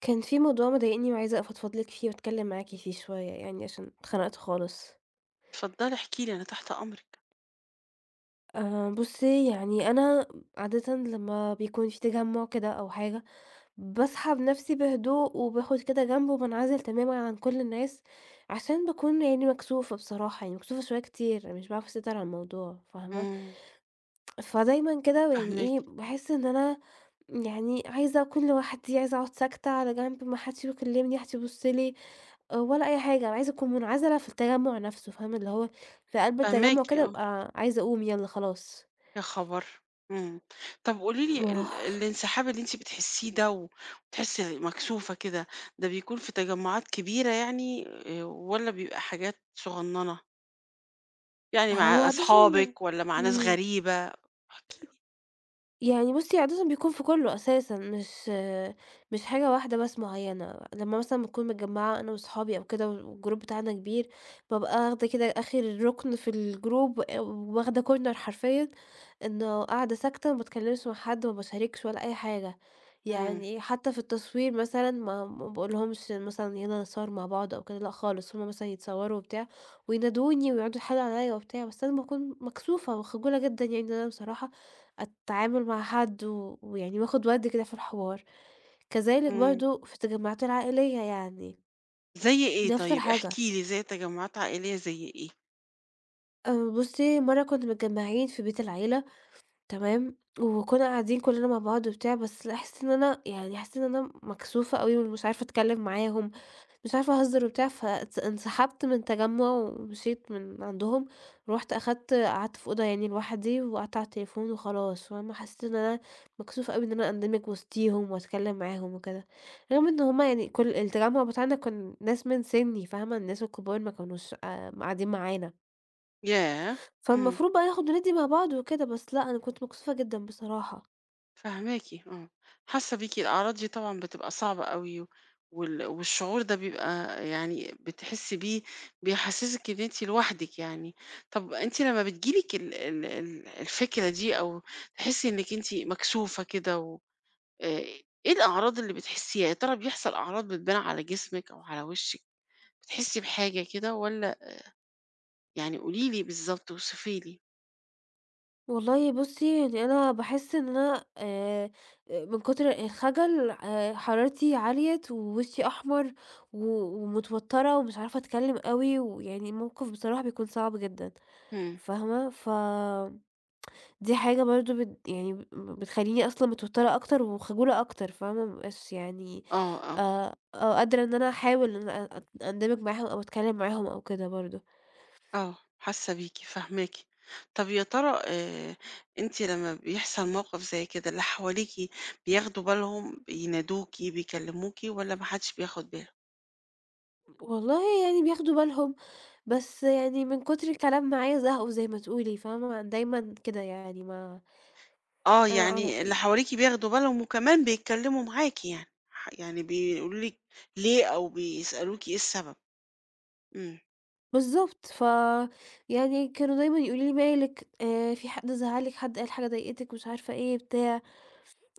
كان في موضوع مضايقني وعايزة أفضفض لِك فيه وأتكلّم معاكِ فيه شوية يعني عشان اتخنقت خالص. اتفضلي احكي لي أنا تحت أمرِك. بُصّي، يعني أنا عادةً لمّا بيكون في تجمُّع كده أو حاجة، باسحب نَفْسي بهدوء وباخُد كده جنب وبانعزل تمامًا عن كل الناس عشان باكون يعني مكسوفة بصراحة، يعني مكسوفة شوية كتير، يعني مش باعرف أسيطر على الموضوع فاهمة؟ إمم، فدايمًا كده يعني فاهماكِ، إيه، باحس إن أنا يعني عايزة أكون لوحدي، عايزة أقعُد ساكتة على جنب ما حدش بيكلّمني، ما حدش يبُص لي، ولا أي حاجة، أنا عايزة أكون منعزلة في التجمُّع نَفْسه، فاهم؟ اللي هو في قلب فاهماكِ التجمُّع كده آه، أبقى عايزة أقوم يالّا خلاص. يا خبر! إمم، طب قولي لي ما هو الانسحاب اللي أنتِ بتحسيه ده و وتحسي مكسوفة كده، ده بيكون في تجمعات كبيرة يعني والّا بيبقى حاجات صغننة؟ يعني هو مع عادةً أصحابِك والّا مع ناس إمم. غريبة؟ احكي لي. يعني بُصّي، عادةً بيكون في كُلّه أساسًا، مش حاجة واحدة بس معيّنة، لمّا مثلًا باكون متجمّعة أنا وصحابي أو كده والgroup بتاعنا كبير، بابقى واخدة كده آخر رُكن في الgroup واخدة corner حرفيًا، إنه قاعدة ساكتة ما باتكلّمش مع حد، ما باشاركش ولا أي حاجة، إمم، يعني حتى في التصوير مثلًا ما باقولهمش مثلًا يالّا نتصوّر مع بعض أو كده، لأ خالص، هُم مثلًا يتصوّروا وبتاع وينادوني ويقعدوا يتحايلوا عليّا وبتاع، بس أنا باكون مكسوفة وخجولة جدًا يعني إن أنا بصراحة أتعامل مع حد ويعني واخد وَدّ كده في الحوار. كذلك إمم، برضه في التجمعات العائلية يعني زي إيه نفس طيب؟ الحاجة. احكي لي زي تجمعات عائلية زي إيه؟ بُصّي، مرّة كنّا متجمّعين في بيت العيلة تمام، وكنّا قاعدين كُلّنا مع بعض وبتاع، بس لاحظت إن أنا يعني حسّيت إن أنا مكسوفة أوي ومش عارفة أتكلّم معاهم. مش عارفة أهزر وبتاع فاتس انسحبت من تجمُّع ومشيت من عندهم، رُحت أخدت قعدت في أوضة يعني لوحدي وقعدت على التليفون وخلاص، فاهمة، حسّيت إن أنا مكسوفة أوي إن أنا أندمج وسطيهم وأتكلّم معاهم وكده، رغم إن هم يعني كل التجمُّع بتاعنا كان ناس من سِنّي فاهمة، الناس الكبار ما كانوش قاعدين معانا، ياه! إمم. فالمفروض بقى ناخُد وندّي مع بعض وكده، بس لأ، أنا كنت مكسوفة جدًا بصراحة. فاهماكِ آه، حاسة بيكِ، الأعراض دي طبعًا بتبقى صعبة أوي، والشعور ده بيبقى يعني بتحسي بيه بيحسسِك إن أنتِ لوحدِك يعني. طب أنتِ لما بتيجي لِك ال ال ال الفكرة دي أو تحسي إنِك أنتِ مكسوفة كده و آآ، إيه الأعراض اللي بتحسيها؟ يا ترى بيحصل أعراض بتبان على جسمِك أو على وشِك، بتحسي بحاجة كده والّا يعني قولي لي بالضبط، اوصفي لي. والله بُصّي، يعني أنا باحس إن أنا، من كتر الخجل حرارتي عِلْيت ووشّي أحمر و ومتوتّرة ومش عارفة أتكلّم أوي، ويعني الموقف بصراحة بيكون صعب جدًا إمم، فاهمة؟ ف دي حاجة برضه بت يعني ب بتخلّيني أصلًا متوتّرة أكتر وخجولة أكتر فاهمة؟ ما بابقاش يعني آه، آه. قادرة إن أنا أحاول إن أنا أندمج معاهم أو أتكلّم معاهم أو كده برضه. آه، حاسة بيكِ، فاهماكِ. طَب يا ترى أنتِ لمّا بيحصل موقف زي كده، اللي حواليكِ بياخدوا بالهم، بينادوكِ، بيكلموكِ والّا ما حدش بياخد باله؟ والله يعني بياخدوا بالهم بس يعني من كتر الكلام معايا زهقوا زي ما تقولي فاهمة، دايمًا كده يعني ما آه، أنا أنا يعني أ اللي حواليكِ بياخدوا بالهم وكمان بيتكلموا معاكِ يعني، ح يعني بيقولوا لِك ليه أو بيسألوكِ إيه السبب. إمم، بالضبط، ف يعني كانوا دايمًا يقولوا لي: "مالِك في حد زعّلِك، حد قال حاجة ضايقتِك،" مش عارفة إيه بتاع،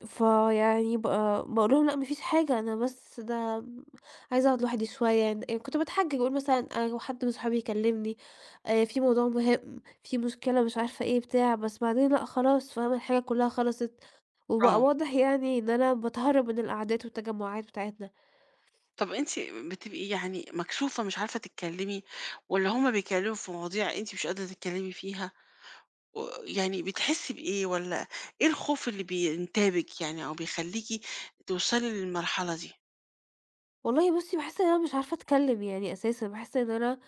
فيعني ب باقول لهم: "لأ ما فيش حاجة، أنا بس ده م عايزة أقعد لوحدي شوية." يعني كنت باتحجج أقول مثلًا أنا لو حد من صحابي يكلمني في موضوع مهم، في مشكلة مش عارفة إيه بتاع، بس بعدين لأ خلاص فاهمة، الحاجة كلها خلصت. وبقى آه. واضح يعني إن أنا باتهرب من القعدات والتجمعات بتاعتنا. طَب أنتِ بتبقي يعني مكسوفة مش عارفة تتكلمي والّا هُم بيتكلموا في مواضيع أنتِ مش قادرة تتكلمي فيها؟ و يعني بتحسّي بإيه والّا إيه الخوف اللي بينتابِك يعني أو بيخلّيكِ توصلي للمرحلة دي؟ والله بُصّي، باحس إن أنا مش عارفة أتكلّم يعني أساسًا، باحس إن أنا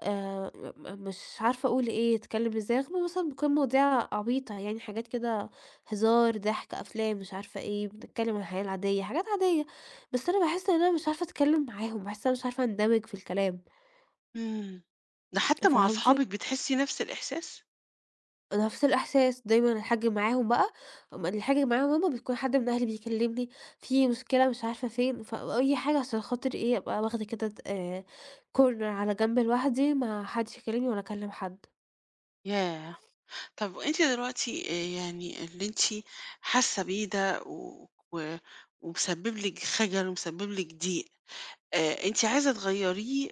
آآ م مش عارفة أقول إيه، أتكلّم إزاي، رغم مثلًا بتكون مواضيع عبيطة يعني حاجات كده هزار، ضحك، أفلام، مش عارفة إيه، بنتكلّم عن الحياة العادية، حاجات عادية، بس أنا باحس إن أنا مش عارفة أتكلّم معاهم، باحس إن أنا مش عارفة أندمج في الكلام، إمم. ده حتى مع فهمتِ؟ أصحابِك بتحسّي نفس الإحساس؟ نفس الإحساس، دايمًا الحاج معاهم بقى، م الحاج معاهم هُم بتكون حد من أهلي بيكلمني، في مشكلة مش عارفة فين، فأي حاجة عشان خاطر إيه، أبقى واخدة كده د corner على جنب لوحدي، ما حدش يكلمني ولا أكلم حد. ياه! طب أنتِ دلوقتي يعني اللي أنتِ حاسّة بيه ده و و ومسبِّب لِك خجل ومسبِّب لِك ضيق، أنتِ عايزة تغيّريه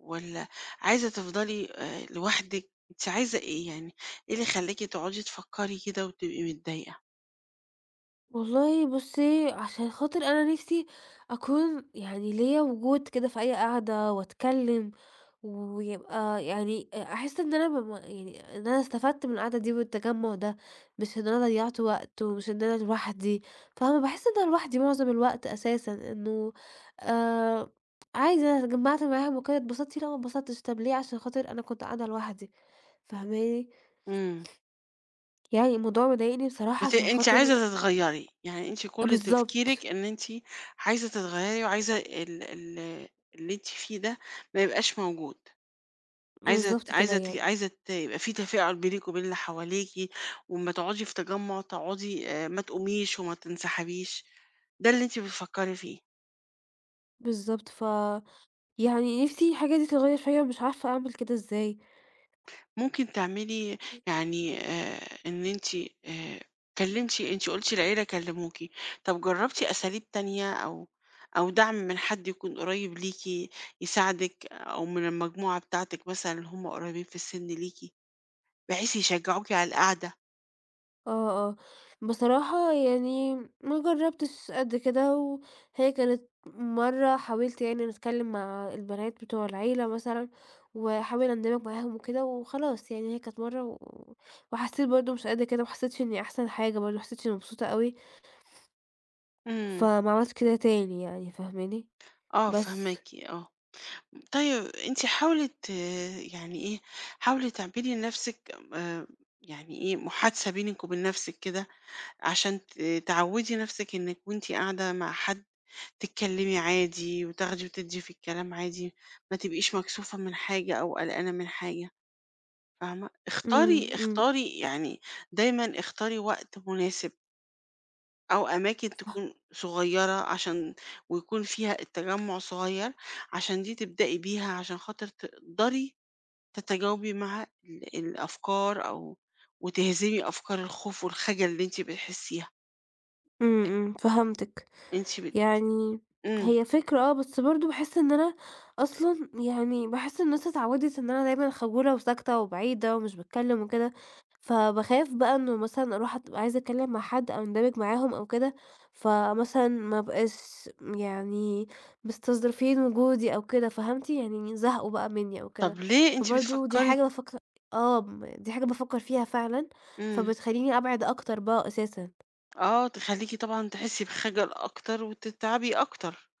والّا عايزة تفضلي لوحدِك؟ أنتِ عايزة إيه يعني؟ إيه اللي خلّاكِ تقعدي تفكّري كده وتبقي متضايقة؟ والله بُصّي، عشان خاطر أنا نِفْسي أكون يعني ليّا وجود كده في أي قعدة وأتكلّم، ويبقى يعني أحس إن أنا بم يعني إن أنا استفدت من القعدة دي والتجمُّع ده، مش إن أنا ضيّعت وقت ومش إن أنا لوحدي، فاهمة؟ باحس إن أنا لوحدي معظم الوقت أساسًا، إنه آآ عادي أنا اتجمّعت معاهم وكده اتبسطتِ، لأ ما اتبسطتش، طَب ليه؟ عشان خاطر أنا كنت قاعدة لوحدي، فاهماني؟ إمم. يعني الموضوع مضايقني بصراحة بت عشان أنتِ خاطر عايزة تتغيّري، يعني أنتِ آه كل تفكيرِك بالضبط. إن أنتِ عايزة تتغيّري وعايزة ال ال اللي أنتِ فيه ده ما يبقاش موجود، عايزة ت بالضبط كده عايزة ت يعني، عايزة ت يبقى في تفاعل بينِك وبين اللي حواليكِ، وأمّا تقعدي في تجمُّع تقعدي ما تقوميش وما تنسحبيش، ده اللي أنتِ بتفكّري فيه. بالضبط. ف يعني نِفْسي الحاجة دي تتغيّر فيّا ومش عارفة أعمل كده إزاي. ممكن تعملي يعني إن أنتِ آآ كلمتِ أنتِ قُلتِ العيلة كلموكِ، طَب جرّبتِ أساليب تانية أو أو دعم من حد يكون قريب ليكِ يساعدِك أو من المجموعة بتاعتِك مثلًا اللي هم قريبين في السِن ليكِ، بحيث يشجعوكِ على القعدة؟ آه، آه. بصراحة يعني ما جرّبتش قد كده، وهي كانت مرّة حاولت يعني نتكلّم مع البنات بتوع العيلة مثلًا، واحاول أندمج معاهم وكده وخلاص يعني هي كانت مرّة وحسّيت برضه مش قد كده، ما حسّيتش إنّي أحسن حاجة برضه، ما حسّيتش إنّي مبسوطة أوي، إمم، فما عملتش كده تاني يعني فاهماني؟ آه بس. فاهماكِ، آه. طيب أنتِ حاولي ت يعني إيه، حاولي تعملي لنفسِك يعني إيه، محادثة بينِك وبين نفسِك كده عشان ت تعوّدي نَفْسِك إنِّك وأنتِ قاعدة مع حد تتكلّمي عادي وتاخدي وتدّي في الكلام عادي، ما تبقيش مكسوفة من حاجة أو قلقانة من حاجة، فاهمة؟ اختاري إمم، إمم. اختاري يعني دايمًا اختاري وقت مناسب أو أماكن تكون صغيّرة عشان ويكون فيها التجمُّع صغيّر، عشان دي تبدئي بيها عشان خاطر تقدري تتجاوبي مع الأفكار أو وتهزمي أفكار الخوف والخجل اللي أنتِ بتحسّيها، إمم، إمم، فهمتِك. أنتِ بت يعني إمم. هي فكرة آه، بس برضه باحس إن أنا أصلًا يعني باحس الناس اتعوّدت إن أنا دايمًا خجولة وساكتة وبعيدة ومش باتكلّم وكده، فباخاف بقى إنه مثلًا أروح أبقى عايزة أتكلّم مع حد أو أندمج معاهم أو كده، فمثلًا ما ابقاش يعني مستظرفين وجودي أو كده، فهمتِ؟ يعني زهقوا بقى منّي أو كده، طب ليه أنتِ فبرضه دي بتفكّري حاجة بافكر آه، م دي حاجة بافكر فيها فعلًا، إمم، فبتخلّيني أبعد أكتر بقى أساسًا. آه تخلّيكِ طبعًا تحسّي بخجل أكتر وتتعبي أكتر،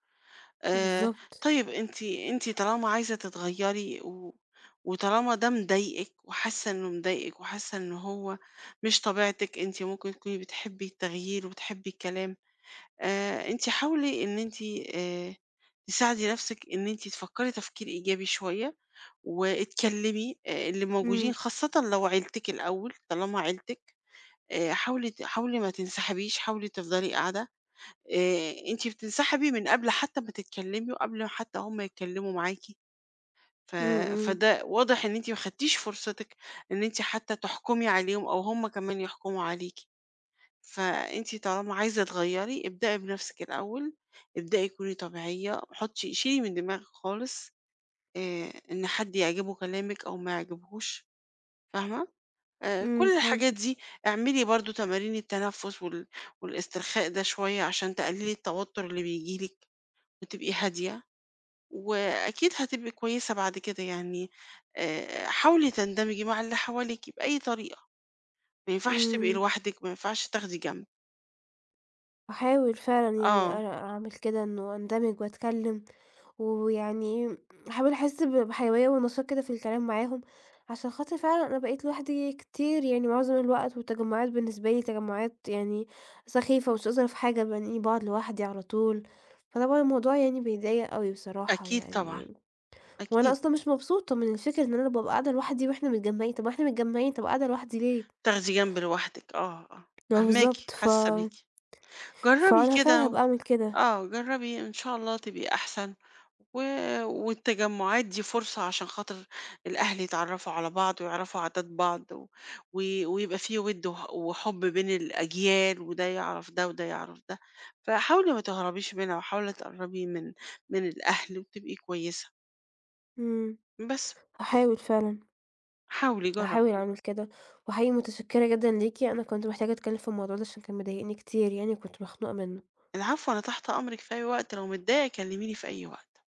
آآ بالضبط. طيب أنتِ طالما عايزة تتغيّري و وطالما ده مضايقِك وحاسة إنه مضايقِك وحاسة إن هو مش طبيعتِك، أنتِ ممكن تكوني بتحبّي التغيير وبتحبّي الكلام، أنتِ حاولي إن أنتِ آآ تساعدي نَفْسِك إن أنتِ تفكّري تفكير إيجابي شوية واتكلّمي اللي موجودين إمم، خاصةً لو عيلتِك الأول، طالما عيلتِك. حاولي ت حاولي ما تنسحبيش، حاولي تفضلي قاعدة، أنتِ بتنسحبي من قبل حتى ما تتكلمي وقبل حتى هُم يتكلموا معاكِ، ف إمم، إمم. فده واضح إن أنتِ ما خدتيش فرصتِك إن أنتِ حتى تحكمي عليهم أو هُم كمان يحكموا عليكِ، فأنتِ طالما عايزة تغيّري ابدئي بنفسِك الأول، ابدئي كوني طبيعية، حطي شيلي من دماغِك خالص إن حد يعجبه كلامِك أو ما يعجبهوش، فاهمة؟ إمم، كل الحاجات فهمتِك، دي، اعملي برضه تمارين التنفس وال والاسترخاء ده شوية عشان تقللي التوتر اللي بييجي لِك وتبقي هادية، وأكيد هتبقي كويسة بعد كده يعني، حاولي تندمجي مع اللي حواليكِ بأي طريقة، ما ينفعش تبقي إمم، لوحدِك، ما ينفعش تاخدي جنب. هاحاول فعلًا يعني آه، أعمل كده إنه أندمج وأتكلّم، ويعني أحاول أحس بحيوية ونشاط كده في الكلام معاهم، عشان خاطر فعلًا أنا بقيت لوحدي كتير يعني معظم الوقت، والتجمعات بالنسبة لي تجمعات يعني سخيفة ومش قادرة في حاجة، باني باقعد لوحدي على طول، فطبعًا الموضوع يعني بيضايق أوي بصراحة أكيد طبعًا، يعني، وأنا أكيد، أصلًا مش مبسوطة من الفكرة إن أنا بابقى قاعدة لوحدي وإحنا متجمعين، طب ما إحنا متجمعين، طب قاعدة لوحدي ليه؟ تاخدي جنب لوحدِك، آه، آه، آه فاهماكِ، بالضبط، ف حاسة بيكِ. جربي فأنا فعلًا كده هابقى أعمل كده. آه، جرّبي إن شاء الله تبقي أحسن، و والتجمُّعات دي فرصة عشان خاطر الأهل يتعرّفوا على بعض ويعرفوا عادات بعض و و ويبقى في وِد وح وحُب بين الأجيال وده يعرف ده وده يعرف ده، فحاولي ما تهربيش منها وحاولي تقرّبي من من الأهل وتبقي كويسة، إمم، بس هاحاول فعلًا، حاولي جرّبي. هاحاول أعمل كده، وحقيقي متشكرة جدًا ليكِ، أنا كنت محتاجة أتكلم في الموضوع ده عشان كان مضايقني كتير يعني وكنت مخنوقة منه. العفو، أنا تحت أمرِك في أي وقت، لو متضايقة كلّميني في أي وقت.